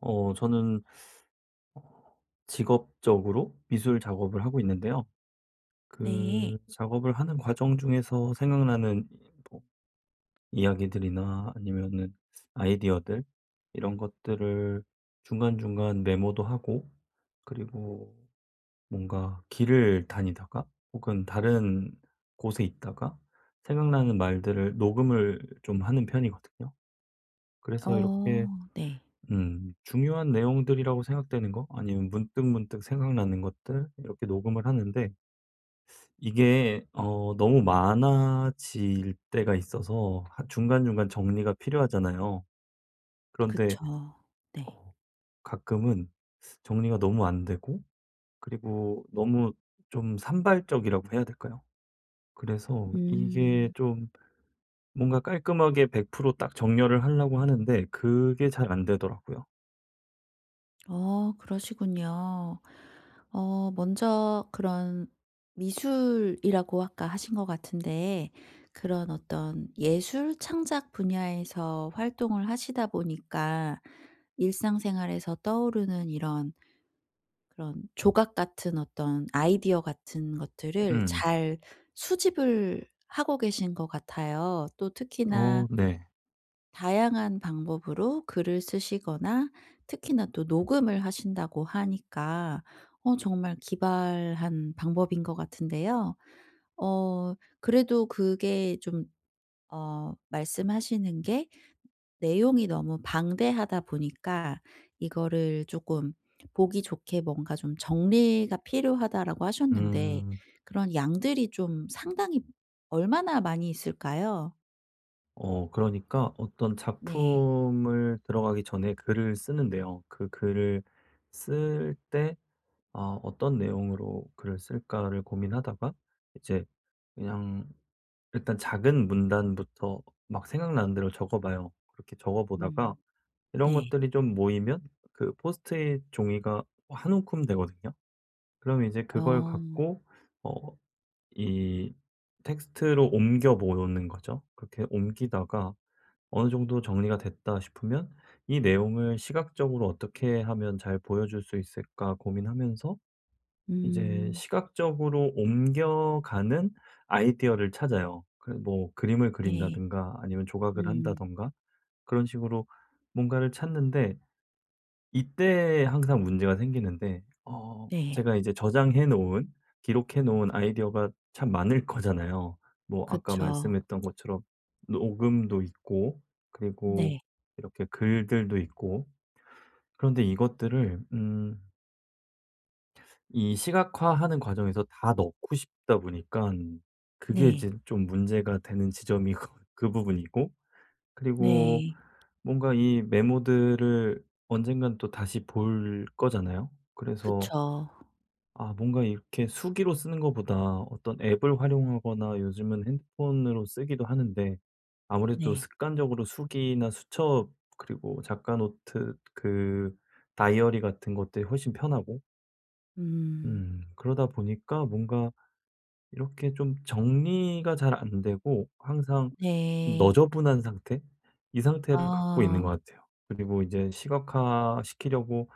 저는 직업적으로 미술 작업을 하고 있는데요. 네. 그 작업을 하는 과정 중에서 생각나는 이 뭐 이야기들이나, 아니면은 아이디어들, 이런 것들을 중간중간 메모도 하고, 그리고 뭔가 길을 다니다가 혹은 다른 곳에 있다가 생각나는 말들을 녹음을 좀 하는 편이거든요. 그래서 이렇게 어 네. 중요한 내용들이라고 생각되는 거, 아니면 문득문득 생각나는 것들 이렇게 녹음을 하는데, 이게 너무 많아질 때가 있어서 하 중간중간 정리가 필요하잖아요. 그런데 그쵸. 네. 어 가끔은 정리가 너무 안 되고, 그리고 너무 좀 산발적이라고 해야 될까요? 그래서 이게 음. 좀 뭔가 깔끔하게 100% 딱 정렬을 하려고 하는데 그게 잘 안 되더라고요. 어 그러시군요. 어 먼저 그런 미술이라고 아까 하신 것 같은데 그런 어떤 예술 창작 분야에서 활동을 하시다 보니까 일상생활에서 떠오르는 이런 그런 조각 같은 어떤 아이디어 같은 것들을 음. 잘 수집을 하고 계신 것 같아요. 또 특히나 어 네. 다양한 방법으로 글을 쓰시거나 특히나 또 녹음을 하신다고 하니까 어 정말 기발한 방법인 것 같은데요. 어 그래도 그게 좀 어 말씀하시는 게 내용이 너무 방대하다 보니까 이거를 쪼끔 보기 좋게 뭔가 좀 "정리가 필요하다."라고 하셨는데 음. 그런 양들이 좀 상당히 얼마나 많이 있을까요? 그러니까 어떤 네. 작품을 들어가기 전에 글을 쓰는데요. 그 글을 쓸 때 어떤 내용으로 글을 쓸까를 고민하다가 이제 그냥 일단 작은 문단부터 막 생각나는 대로 적어 봐요. 그렇게 적어 보다가 음. 이런 네. 것들이 좀 모이면 그 포스트잇 종이가 한 움큼 되거든요. 그럼 이제 그걸 어. 갖고 어 이 텍스트로 옮겨 보는 거죠. 그렇게 옮기다가 어느 정도 정리가 됐다 싶으면 이 내용을 시각적으로 어떻게 하면 잘 보여줄 수 있을까 고민하면서 이제 음. 시각적으로 옮겨가는 아이디어를 찾아요. 그래, 뭐 그림을 네. 그린다든가 아니면 조각을 음. 한다든가, 그런 식으로 뭔가를 찾는데, 이때 항상 문제가 생기는데 네. 제가 이제 저장해 놓은, 기록해 놓은 아이디어가 참 많을 거잖아요. 뭐 아까 그쵸. 말씀했던 것처럼 녹음도 있고, 그리고 네. 이렇게 글들도 있고. 그런데 이것들을 이 시각화하는 과정에서 다 넣고 싶다 보니까 그게 네. 이제 좀 문제가 되는 지점이 그 부분이고, 그리고 네. 뭔가 이 메모들을 언젠간 또 다시 볼 거잖아요. 그래서 그쵸. 아, 뭔가 이렇게 수기로 쓰는 것보다 어떤 앱을 활용하거나 요즘은 핸드폰으로 쓰기도 하는데, 아무래도 네. 습관적으로 수기나 수첩, 그리고 작가 노트, 그 다이어리 같은 것들이 훨씬 편하고, 음. 그러다 보니까 뭔가 이렇게 좀 정리가 잘 안 되고 항상 좀 네. 너저분한 상태? 이 상태를 갖고 있는 아. 것 같아요. 그리고 이제 시각화 시키려고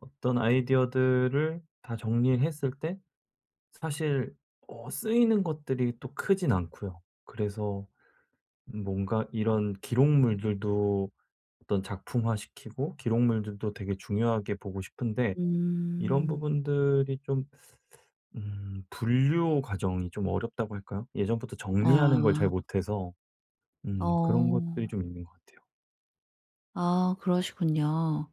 어떤 아이디어들을 다 정리했을 때 사실 쓰이는 것들이 또 크진 않고요. 그래서 뭔가 이런 기록물들도 어떤 작품화 시키고, 기록물들도 되게 중요하게 보고 싶은데, 이런 음. 부분들이 좀 분류 과정이 좀 어렵다고 할까요? 예전부터 정리하는 걸 잘 아. 못해서 그런 것들이 어. 좀 있는 것 같아요. 아 그러시군요.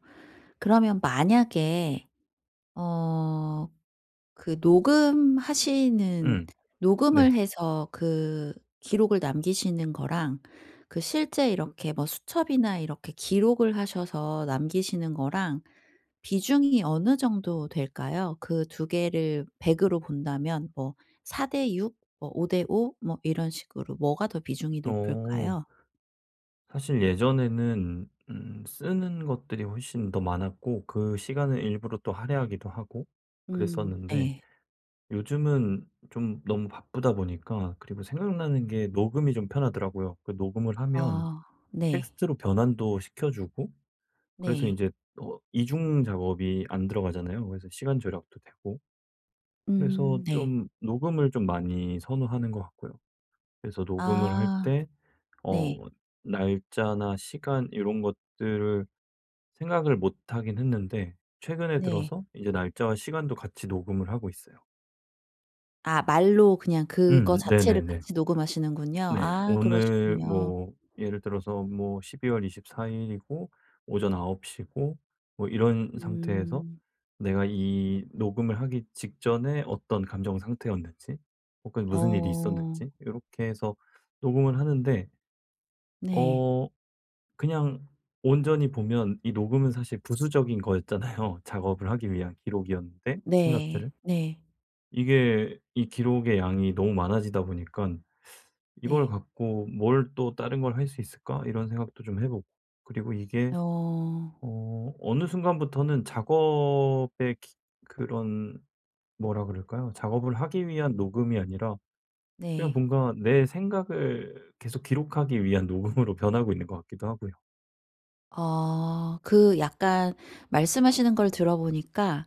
그러면 만약에 어 그 녹음하시는 음. 녹음을 네. 해서 그 기록을 남기시는 거랑 그 실제 이렇게 뭐 수첩이나 이렇게 기록을 하셔서 남기시는 거랑 비중이 어느 정도 될까요? 그 두 개를 100 으로 본다면 뭐 4대 6 뭐 5 대 5 뭐 이런 식으로 뭐가 더 비중이 어 높을까요? 사실 예전에는 쓰는 것들이 훨씬 더 많았고, 그 시간을 일부러 또 할애하기도 하고 그랬었는데, 네. 요즘은 좀 너무 바쁘다 보니까, 그리고 생각나는 게 녹음이 좀 편하더라고요. 그 녹음을 하면 아 네. 텍스트로 변환도 시켜 주고, 그래서 이 네. 제 이중 작업이 안 들어가잖아요. 그래서 시간 절약도 되고, 그래서 네. 좀 녹음을 좀 많이 선호하는 것 같고요. 그래서 녹음을 할아 때 어 네. 날짜나 시간 이런 것들을 생각을 못 하긴 했는데, 최근에 네. 들어서 이제 날짜와 시간도 같이 녹음을 하고 있어요. 아 말로 그냥 그거 자체를 네네네. 같이 녹음하시는군요. 네. 아 오늘 그러시군요. 뭐 예를 들어서 뭐 12월 24 일이고 오전 9 시고 뭐 이런 상태에서 음. 내가 이 녹음을 하기 직전에 어떤 감정 상태였는지, 혹은 무슨 일이 어. 있었는지 이렇게 해서 녹음을 하는데, 네. 어 그냥 온전히 보면 이 녹음은 사실 부수적인 거였잖아요. 작업을 하기 위한 기록이었는데 네. 생각들을. 네. 이게 이 기록의 양이 너무 많아지다 보니까 '이걸 네. 갖고 뭘 또 다른 걸 할 수 있을까?' 이런 생각도 좀 해 보고. 그리고 이게 어. 어느 순간부터는 작업의 기 그런, 뭐라 그럴까요? 작업을 하기 위한 녹음이 아니라 그냥 네. 뭔가 내 생각을 계속 기록하기 위한 녹음으로 변하고 있는 것 같기도 하고요. 어 그 약간 말씀하시는 걸 들어보니까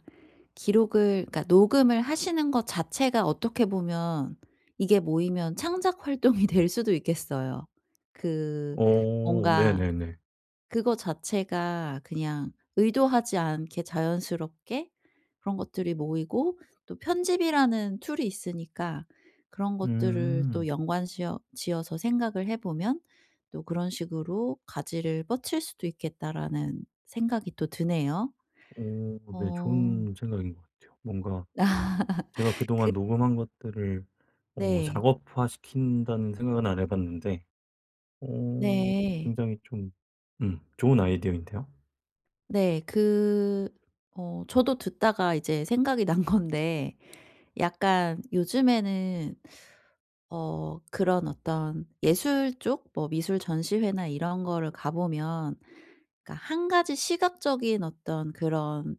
기록을 그러니까 녹음을 하시는 것 자체가 어떻게 보면 이게 모이면 창작 활동이 될 수도 있겠어요. 그 오. 뭔가 네네네. 그거 자체가 그냥 의도하지 않게 자연스럽게 그런 것들이 모이고 또 편집이라는 툴이 있으니까 그런 것들을 또 음. 연관 지어서 생각을 해 보면 또 '그런 식으로 가지를 뻗칠 수도 있겠다.'라는 생각이 또 드네요. 오 네. 어. 좋은 생각인 것 같아요. 뭔가 아 제가 그동안 녹음한 것들을 네. 작업화시킨다는 생각은 안 해 봤는데, 어 네. 굉장히 좀 좋은 아이디어인데요. 네. 그 어 저도 듣다가 이제 생각이 난 건데 약간 요즘에는 어 그런 어떤 예술 쪽 뭐 미술 전시회나 이런 거를 가 보면 그러니까 한 가지 시각적인 어떤 그런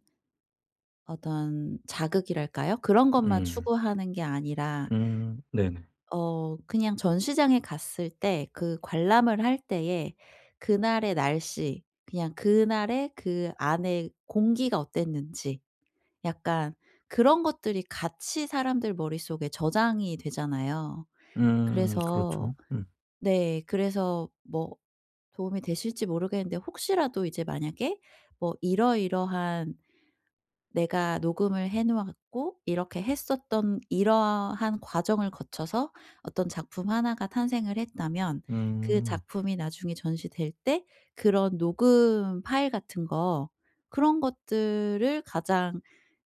어떤 자극이랄까요? 그런 것만 음. 추구하는 게 아니라 네네. 어 그냥 전시장에 갔을 때 그 관람을 할 때에 그날의 날씨 그냥 그날의 그 안에 공기가 어땠는지 약간 그런 것들이 같이 사람들 머릿속에 저장이 되잖아요. 그래서 그렇죠. 음. 네. 그래서 뭐 도움이 되실지 모르겠는데 혹시라도 이제 만약에 뭐 이러이러한 내가 녹음을 해 놓았고 이렇게 했었던 이러한 과정을 거쳐서 어떤 작품 하나가 탄생을 했다면 그 음. 작품이 나중에 전시될 때 그런 녹음 파일 같은 거 그런 것들을 가장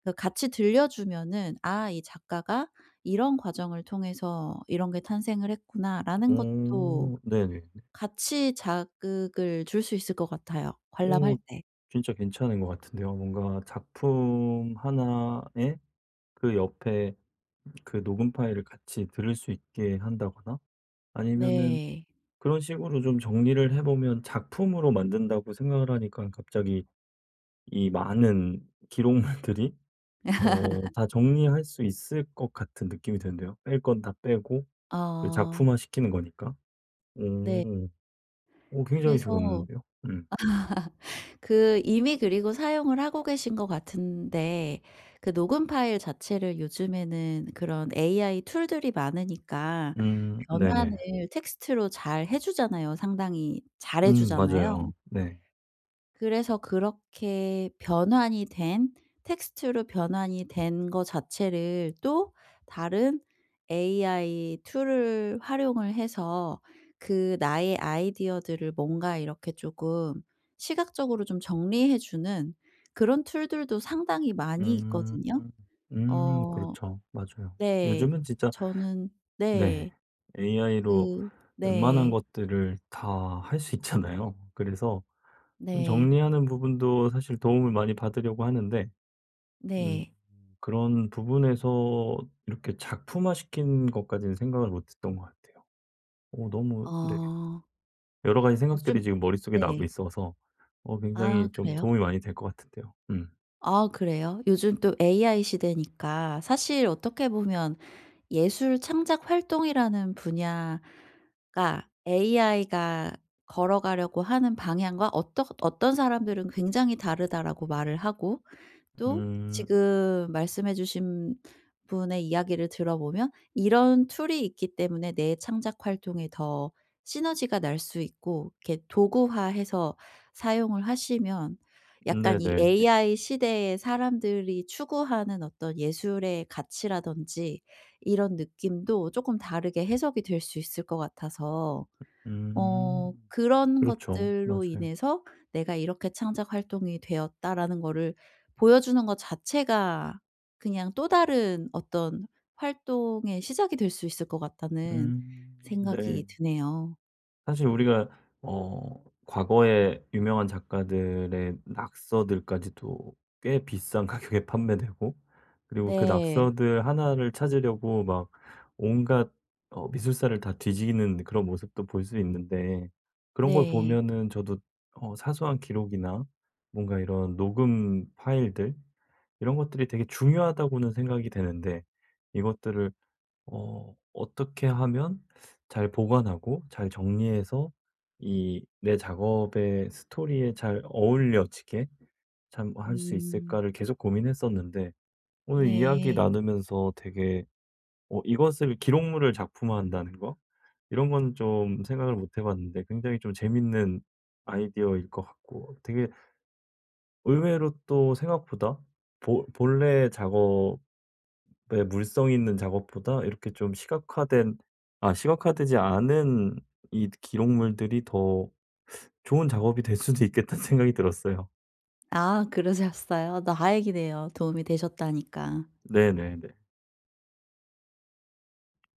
그 같이 들려주면은 '아 이 작가가 이런 과정을 통해서 이런 게 탄생을 했구나.'라는 것도 오 네네. 같이 자극을 줄 수 있을 것 같아요, 관람할 오 때. 진짜 괜찮은 것 같은데요. 뭔가 작품 하나에 그 옆에 그 녹음 파일을 같이 들을 수 있게 한다거나, 아니면은 네. 그런 식으로 좀 정리를 해 보면, 작품으로 만든다고 생각을 하니까 갑자기 이 많은 기록물들이 다 정리할 수 있을 것 같은 느낌이 드는데요. 뺄 건 다 빼고 그 아 작품화 시키는 거니까. 네. 오. 오, 굉장히 그래서 좋은데요. 음. 그 이미 그리고 사용을 하고 계신 것 같은데 그 녹음 파일 자체를 요즘에는 그런 AI 툴들이 많으니까 네네. 변환을 텍스트로 잘 해 주잖아요. 상당히 잘해 맞아요. 주잖아요. 네. 그래서 그렇게 변환이 된 텍스트로 변환이 된 거 자체를 또 다른 AI 툴을 활용을 해서 그 나의 아이디어들을 뭔가 이렇게 조금 시각적으로 좀 정리해 주는 그런 툴들도 상당히 많이 음. 있거든요. 어 그렇죠. 맞아요. 네. 요즘은 진짜, 저는 네, 네. AI로 그 웬만한 네. 것들을 다 할 수 있잖아요. 그래서 좀 네. 정리하는 부분도 사실 도움을 많이 받으려고 하는데, 음 네. 그런 부분에서 이렇게 작품화시킨 것까지는 생각을 못 했던 것 같아요. 너무 어 네. 여러 가지 요즘 생각들이 지금 머릿속에 나고 네. 있어서 아 굉장히 좀 그래요? 도움이 많이 될 것 같은데요. 음. 아 그래요? 요즘 또 AI 시대니까 사실 어떻게 보면 예술 창작 활동이라는 분야가 AI가 걸어가려고 하는 방향과 어떠 어떤 사람들은 굉장히 다르다라고 말을 하고 또 음. 지금 말씀해 주신 분의 이야기를 들어보면 이런 툴이 있기 때문에 내 창작 활동에 더 시너지가 날 수 있고 이렇게 도구화해서 사용을 하시면 약간 이 네네. AI 시대에 사람들이 추구하는 어떤 예술의 가치라든지 이런 느낌도 쪼끔 다르게 해석이 될 수 있을 것 같아서 어 음. 그런 그렇죠. 것들로 맞아요. 인해서 '내가 이렇게 창작 활동이 되었다.'라는 거를 보여주는 것 자체가 그냥 또 다른 어떤 활동의 시작이 될 수 있을 것 같다는 음. 생각이 네. 드네요. 사실 우리가 과거에 유명한 작가들의 낙서들까지도 꽤 비싼 가격에 판매되고, 그리고 그 네. 낙서들 하나를 찾으려고 막 온갖 미술사를 다 뒤지는 그런 모습도 볼 수 있는데, 그런 걸 네. 보면은 저도 사소한 기록이나 뭔가 이런 녹음 파일들, 이런 것들이 되게 중요하다고는 생각이 되는데, 이것들을 어떻게 하면 잘 보관하고 잘 정리해서 이 내 작업의 스토리에 잘 어울려지게 참 할 수 음. 있을까를 계속 고민했었는데, 오늘 이야기 네. 나누면서 되게 이것을, 기록물을 작품화한다는 거, 이런 건 좀 생각을 못 해 봤는데, 굉장히 좀 재밌는 아이디어일 것 같고, 되게 의외로 또 생각보다 보 본래 작업 의 물성 있는 작업보다 이렇게 좀 시각화된, 아 시각화되지 않은 이 기록물들이 더 좋은 작업이 될 수도 있겠다는 생각이 들었어요. 아 그러셨어요? 다행이네요, 도움이 되셨다니까. 네네네.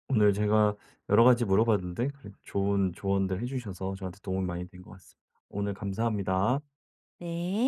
오늘 제가 여러 가지 물어봤는데 그래도 좋은 조언들 해 주셔서 저한테 도움이 많이 된 것 같습니다. 오늘 감사합니다. 네.